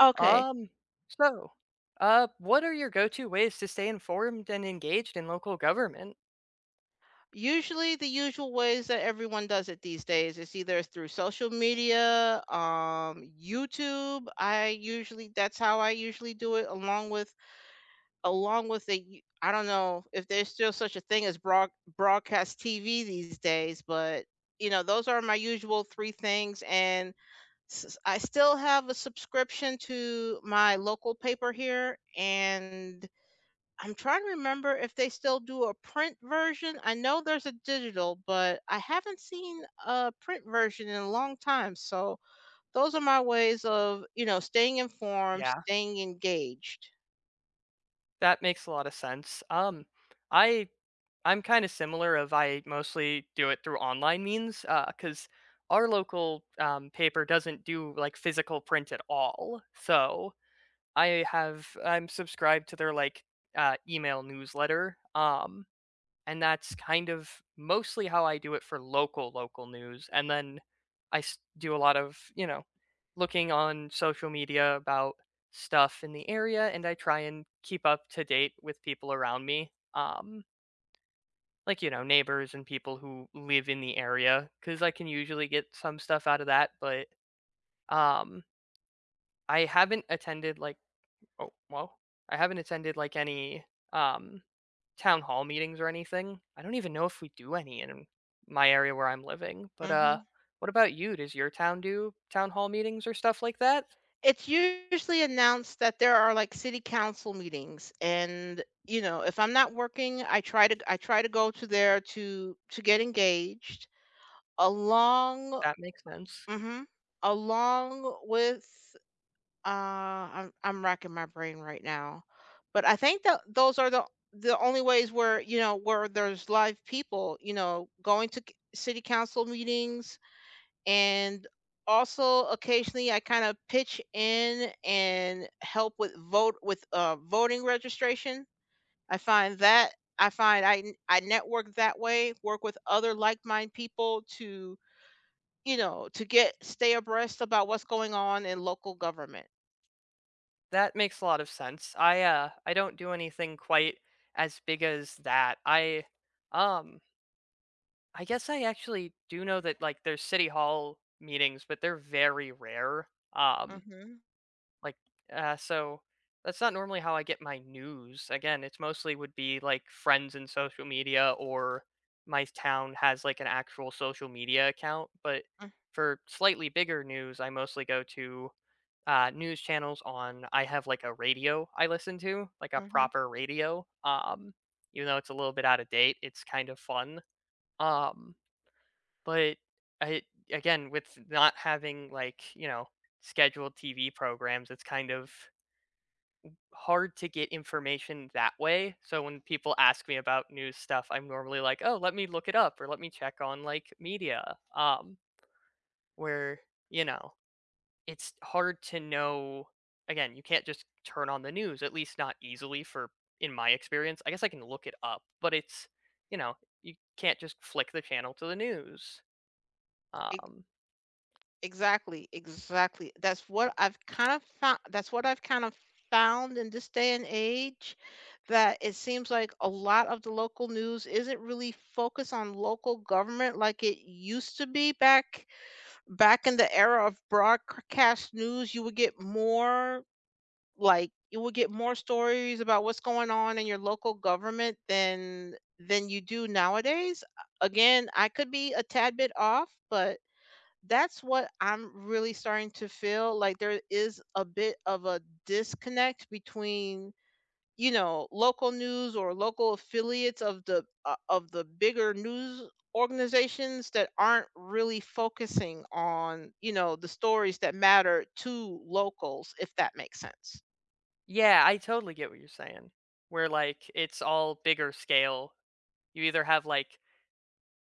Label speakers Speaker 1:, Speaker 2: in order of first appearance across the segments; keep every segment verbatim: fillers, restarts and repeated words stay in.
Speaker 1: Okay.
Speaker 2: Um, so, uh, what are your go-to ways to stay informed and engaged in local government?
Speaker 1: Usually, the usual ways that everyone does it these days is either through social media, um, YouTube. I usually that's how I usually do it, along with along with the y- I don't know if there's still such a thing as broad, broadcast T V these days, but you know those are my usual three things, and s- I still have a subscription to my local paper here, and I'm trying to remember if they still do a print version. I know there's a digital, but I haven't seen a print version in a long time. So those are my ways of, you know, staying informed,
Speaker 2: Yeah,
Speaker 1: staying engaged.
Speaker 2: that makes a lot of sense. Um, I I'm kind of similar of I mostly do it through online means uh, cuz our local um, paper doesn't do like physical print at all. So, I have I'm subscribed to their like uh, email newsletter. Um, and that's kind of mostly how I do it for local local news. And then I s- do a lot of you know looking on social media about stuff in the area, and I try and keep up to date with people around me, um, like you know neighbors and people who live in the area, because I can usually get some stuff out of that. But um, I haven't attended like Oh, well, I haven't attended, like, any, um, town hall meetings or anything. I don't even know if we do any in my area where I'm living, but, uh,
Speaker 1: Mhm.
Speaker 2: what about you? Does your town do town hall meetings or stuff like that?
Speaker 1: It's usually announced that there are like city council meetings, and you know, if I'm not working, I try to I try to go to there to to get engaged along,
Speaker 2: That makes sense.
Speaker 1: mhm, along with Uh, I'm I'm racking my brain right now, but I think that those are the the only ways where, you know, where there's live people, you know, going to c- city council meetings, and also occasionally I kind of pitch in and help with vote with uh voting registration. I find that I find I n- I network that way, work with other like-minded people to, you know, to get stay abreast about what's going on in local government.
Speaker 2: That makes a lot of sense. I, uh, I don't do anything quite as big as that. I, um, I guess I actually do know that, like, there's city hall meetings, but they're very rare. Um
Speaker 1: Mhm.
Speaker 2: Like, uh, so that's not normally how I get my news. Again, it's mostly would be like friends and social media or my town has like an actual social media account. But
Speaker 1: Mm,
Speaker 2: for slightly bigger news, I mostly go to uh, news channels on. I have like a radio I listen to, like a
Speaker 1: mhm.
Speaker 2: proper radio. Um, even though it's a little bit out of date, it's kind of fun. Um, but I Again with not having like you know scheduled T V programs, it's kind of hard to get information that way. So when people ask me about news stuff, I'm normally like, "Oh, let me look it up or let me check on like media." Um where, you know, it's hard to know again, you can't just turn on the news, at least not easily for in my experience. I guess I can look it up, but it's, you know, you can't just flick the channel to the news.
Speaker 1: E
Speaker 2: Um
Speaker 1: Exactly, exactly. That's what I've kind of found. That's what I've kind of found in this day and age, that it seems like a lot of the local news isn't really focused on local government like it used to be back back in the era of broadcast news. You would get more Like you would get more stories about what's going on in your local government than than you do nowadays. Again, I could be a tad bit off, but that's what I'm really starting to feel, like there is a bit of a disconnect between, you know, local news or local affiliates of the uh, of the bigger news organizations that aren't really focusing on, you know, the stories that matter to locals, if that makes sense.
Speaker 2: yeah, I totally get what you're saying. Where like it's all bigger scale. You either have like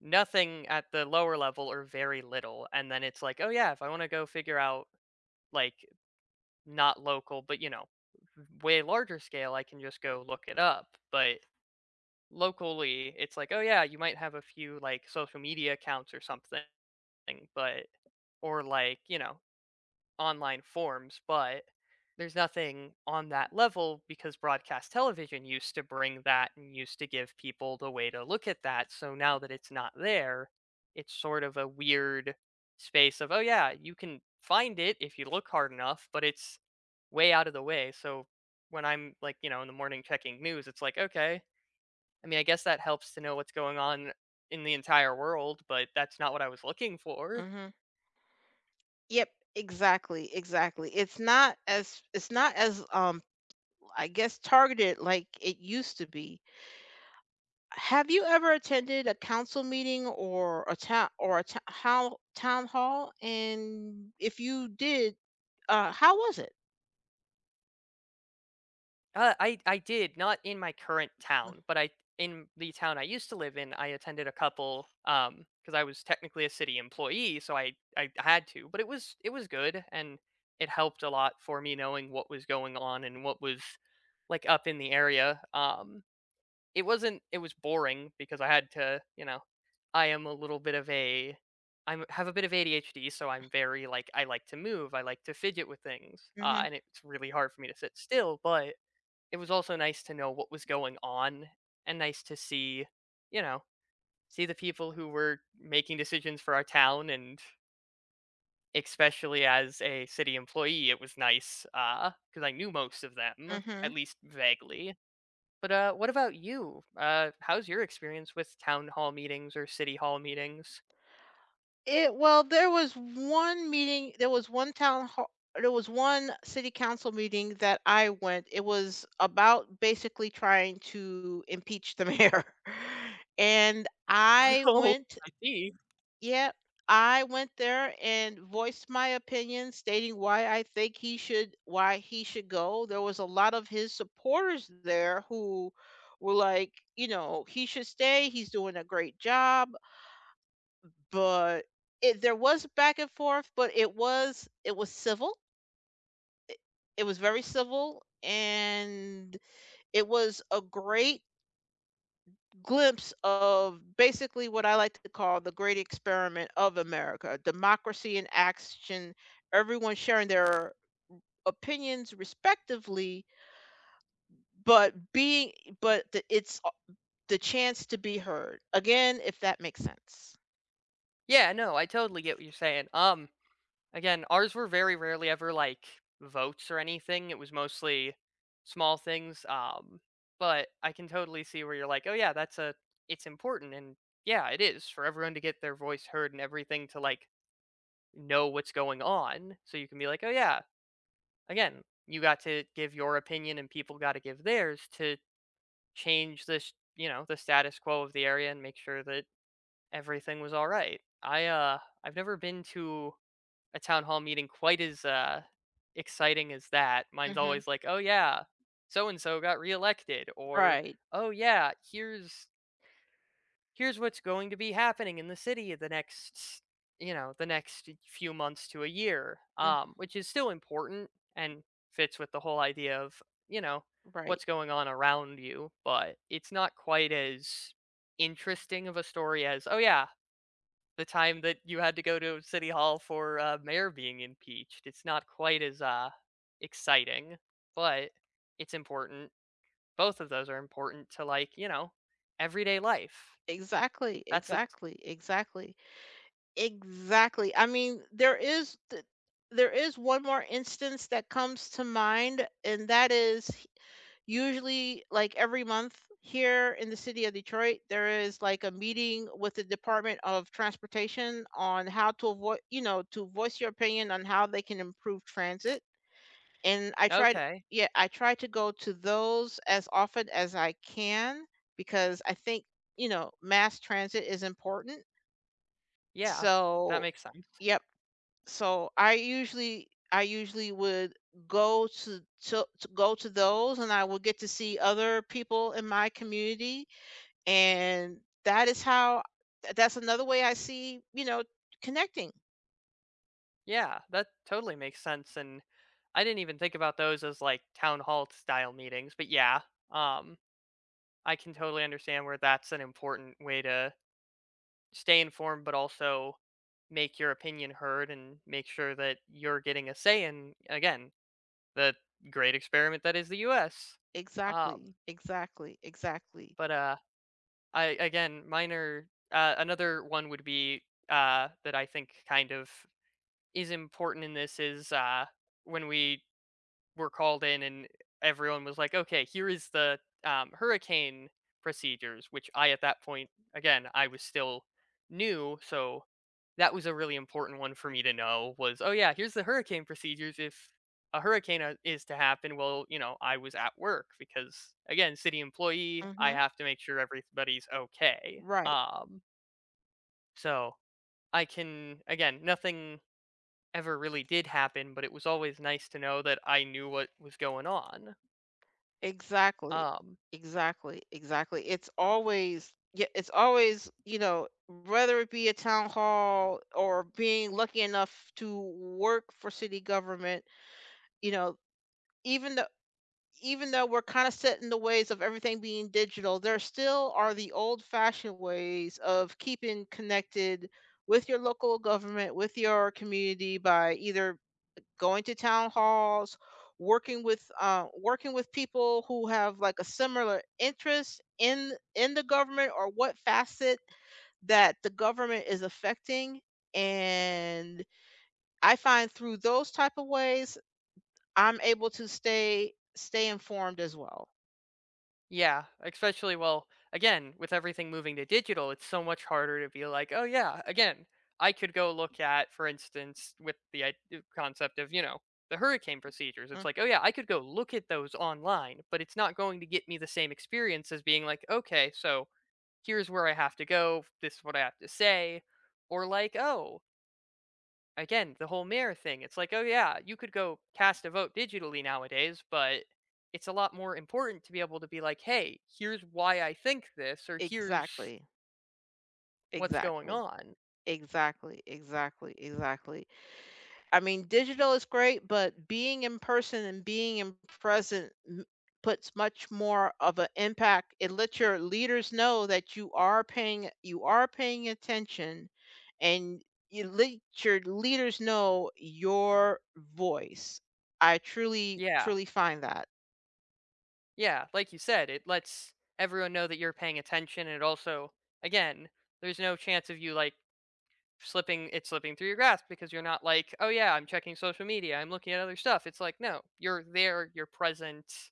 Speaker 2: nothing at the lower level or very little and then it's like, oh yeah, if I want to go figure out like not local but you know way larger scale I can just go look it up, but locally it's like, oh yeah, you might have a few like social media accounts or something, but or like you know online forms, but there's nothing on that level because broadcast television used to bring that and used to give people the way to look at that. So now that it's not there, it's sort of a weird space of, oh, yeah, you can find it if you look hard enough, but it's way out of the way. So when I'm like, you know, in the morning checking news, it's like, okay, I mean, I guess that helps to know what's going on in the entire world, but that's not what I was looking for.
Speaker 1: Mm-hmm. Yep, exactly, exactly. It's not as it's not as um I guess targeted like it used to be. Have you ever attended a council meeting or a town or a to- how town hall? And if you did, uh, how was it?
Speaker 2: Uh, I I did, not in my current town, but I in the town I used to live in, I attended a couple, um, because I was technically a city employee, so I I had to, but it was it was good, and it helped a lot for me knowing what was going on and what was, like, up in the area, um, it wasn't it was boring because I had to, you know, I am a little bit of a I have a bit of A D H D, so I'm very, like, I like to move, I like to fidget with things, uh,
Speaker 1: Mm-hmm.
Speaker 2: and it's really hard for me to sit still, but it was also nice to know what was going on and nice to see, you know, see the people who were making decisions for our town, and especially as a city employee it was nice uh because I knew most of them
Speaker 1: Mm-hmm.
Speaker 2: at least vaguely. But uh what about you? Uh how's your experience with town hall meetings or city hall meetings?
Speaker 1: It well, there was one meeting. There was one town hall. There was one city council meeting that I went. It was about basically trying to impeach the mayor, and I
Speaker 2: Oh,
Speaker 1: went.
Speaker 2: I see.
Speaker 1: Yep, I went there and voiced my opinion, stating why I think he should why he should go. There was a lot of his supporters there who were like, you know, he should stay. He's doing a great job, but it, there was back and forth, but it was it was civil. It was very civil, and it was a great glimpse of basically what I like to call the great experiment of America democracy in action, everyone sharing their opinions respectively, but being, but the, it's a- the chance to be heard. Again, if that makes sense.
Speaker 2: Yeah, no, I totally get what you're saying. um Again, ours were very rarely ever like votes or anything. It was mostly small things. Um, but I can totally see where you're like, oh yeah, that's a it's important, and yeah, it is for everyone to get their voice heard and everything to like know what's going on. So you can be like, oh yeah, again, you got to give your opinion and people got to give theirs to change this, you know, the status quo of the area and make sure that everything was all right. I uh I've never been to a town hall meeting quite as uh, exciting as that. Mine's
Speaker 1: Hmm.
Speaker 2: always like, "Oh yeah, so and so got reelected," or
Speaker 1: Right.
Speaker 2: "Oh yeah, here's here's what's going to be happening in the city the next, you know, the next few months to a year,"
Speaker 1: Mm,
Speaker 2: um, which is still important and fits with the whole idea of you know
Speaker 1: right.
Speaker 2: what's going on around you, but it's not quite as interesting of a story as, "Oh yeah, the time that you had to go to City Hall for uh, mayor being impeached." It's not quite as uh, exciting, but it's important. Both of those are important to like you know everyday life.
Speaker 1: Exactly.
Speaker 2: That's the
Speaker 1: Exactly. Exactly. Exactly. I mean, there is th- there is one more instance that comes to mind, and that is usually like every month here in the city of Detroit, there is like a meeting with the Department of Transportation on how to avoid, you know, to voice your opinion on how they can improve transit. And I tried,
Speaker 2: Okay.
Speaker 1: yeah, I try to go to those as often as I can because I think, you know, mass transit is important.
Speaker 2: Yeah, that
Speaker 1: So,
Speaker 2: makes sense.
Speaker 1: yep, so I usually I usually would go to, to to go to those and I would get to see other people in my community, and that is how th- that's another way I see, you know, connecting.
Speaker 2: Yeah, that totally makes sense. And I didn't even think about those as like town hall style meetings, but yeah, um, I can totally understand where that's an important way to stay informed, but also make your opinion heard and make sure that you're getting a say in again the great experiment that is the U S.
Speaker 1: Exactly.
Speaker 2: Um,
Speaker 1: Exactly. Exactly.
Speaker 2: but uh, I Again, minor, uh, another one would be uh, that I think kind of is important in this is, uh, when we were called in and everyone was like, okay, here is the um, hurricane procedures, which I at that point again I was still new, so that was a really important one for me to know, was, "Oh, yeah, here's the hurricane procedures if a hurricane, uh, is to happen." Well, you know, I was at work because, again, city employee, I
Speaker 1: Mhm.
Speaker 2: have to make sure everybody's okay.
Speaker 1: Right.
Speaker 2: Um, so I can again, nothing ever really did happen, but it was always nice to know that I knew what was going on.
Speaker 1: Exactly.
Speaker 2: Um
Speaker 1: Exactly, exactly. It's always, yeah, it's always, you know, whether it be a town hall or being lucky enough to work for city government, you know, even though even though we're kind of set in the ways of everything being digital, there still are the old-fashioned ways of keeping connected with your local government, with your community by either going to town halls, working with uh, working with people who have like a similar interest in in the government or what facet that the government is affecting. And I find through those type of ways, I'm able to stay stay informed as well.
Speaker 2: Yeah, especially, well, again, with everything moving to digital, it's so much harder to be like, "Oh yeah, again, I could go look at, for instance, with the i- uh, concept of, you know, the hurricane procedures." It's
Speaker 1: Mm,
Speaker 2: like, "Oh yeah, I could go look at those online," but it's not going to get me the same experience as being like, "Okay, so here's where I have to go, this is what I have to say," or like, "Oh, again, the whole mayor thing, it's like, oh yeah, you could go cast a vote digitally nowadays, but it's a lot more important to be able to be like, hey, here's why I think this, or here's
Speaker 1: exactly.
Speaker 2: what's going
Speaker 1: Exactly.
Speaker 2: on."
Speaker 1: Exactly. Exactly. Exactly. I mean, digital is great, but being in person and being in present m- puts much more of an impact. It lets your leaders know that you are paying you are paying attention, and you let your leaders know your voice. I truly,
Speaker 2: Yeah,
Speaker 1: truly find that
Speaker 2: yeah, like you said, it lets everyone know that you're paying attention. And it also, again, there's no chance of you like slipping it slipping through your grasp because you're not like, oh yeah, I'm checking social media, I'm looking at other stuff. It's like, no, you're there, you're present,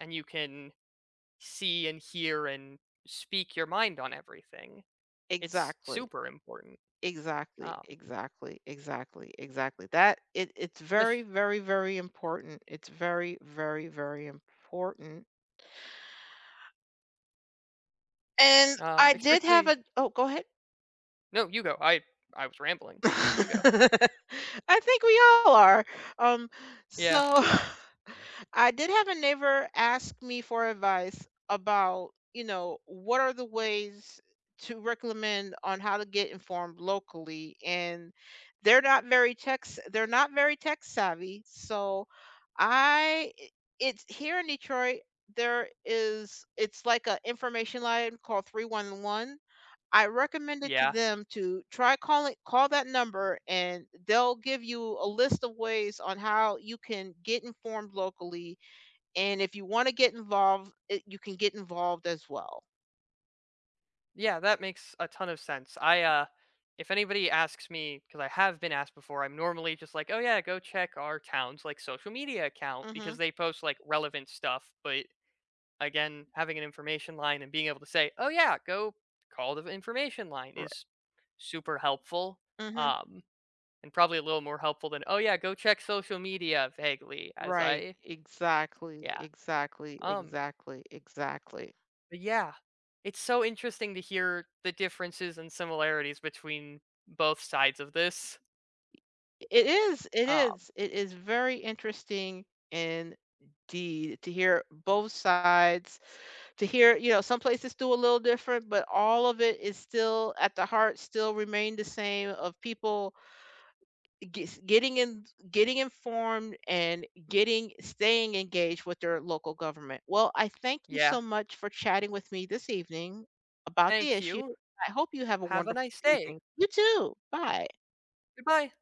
Speaker 2: and you can see and hear and speak your mind on everything. It's
Speaker 1: exactly,
Speaker 2: super important.
Speaker 1: exactly,
Speaker 2: Um,
Speaker 1: exactly, exactly, exactly. That it, it's
Speaker 2: espec
Speaker 1: very, very, very important. It's very, very, very important. And
Speaker 2: um,
Speaker 1: I did have
Speaker 2: especially
Speaker 1: a oh, go ahead.
Speaker 2: No, you go. I I was rambling. You go.
Speaker 1: I think we all are. Um,
Speaker 2: Yeah.
Speaker 1: so I did have a neighbor ask me for advice about, you know, what are the ways to recommend on how to get informed locally. And they're not very tech s- they're not very tech savvy. So I i- it's here in Detroit, there is it's like a information line called three one one. I recommended to
Speaker 2: Yeah.
Speaker 1: them to try calling call that number and they'll give you a list of ways on how you can get informed locally, and if you want to get involved, it, you can get involved as well.
Speaker 2: Yeah, that makes a ton of sense. I, uh if anybody asks me, because I have been asked before, I'm normally just like, "Oh, yeah, go check our town's, like, social media account," because
Speaker 1: Mhm.
Speaker 2: they post, like, relevant stuff, but again, having an information line and being able to say, "Oh yeah, go call the information line"
Speaker 1: Right.
Speaker 2: is super helpful.
Speaker 1: Mhm.
Speaker 2: Um, and probably a little more helpful than, "Oh yeah, go check social media vaguely," as
Speaker 1: Right.
Speaker 2: I
Speaker 1: Exactly.
Speaker 2: yeah.
Speaker 1: Exactly.
Speaker 2: Um,
Speaker 1: Exactly. Exactly.
Speaker 2: but Yeah, it's so interesting to hear the differences and similarities between both sides of this.
Speaker 1: It is it
Speaker 2: Um,
Speaker 1: is it is very interesting indeed to hear both sides, to hear, you know, some places do a little different, but all of it is still at the heart, still remain the same of people ges- getting in, getting informed and getting, staying engaged with their local government. Well, I thank you
Speaker 2: yeah.
Speaker 1: so much for chatting with me this evening about the
Speaker 2: Thank
Speaker 1: issue.
Speaker 2: you.
Speaker 1: I hope you have a
Speaker 2: Have a
Speaker 1: wonderful
Speaker 2: nice day.
Speaker 1: evening. You too. Bye.
Speaker 2: Goodbye.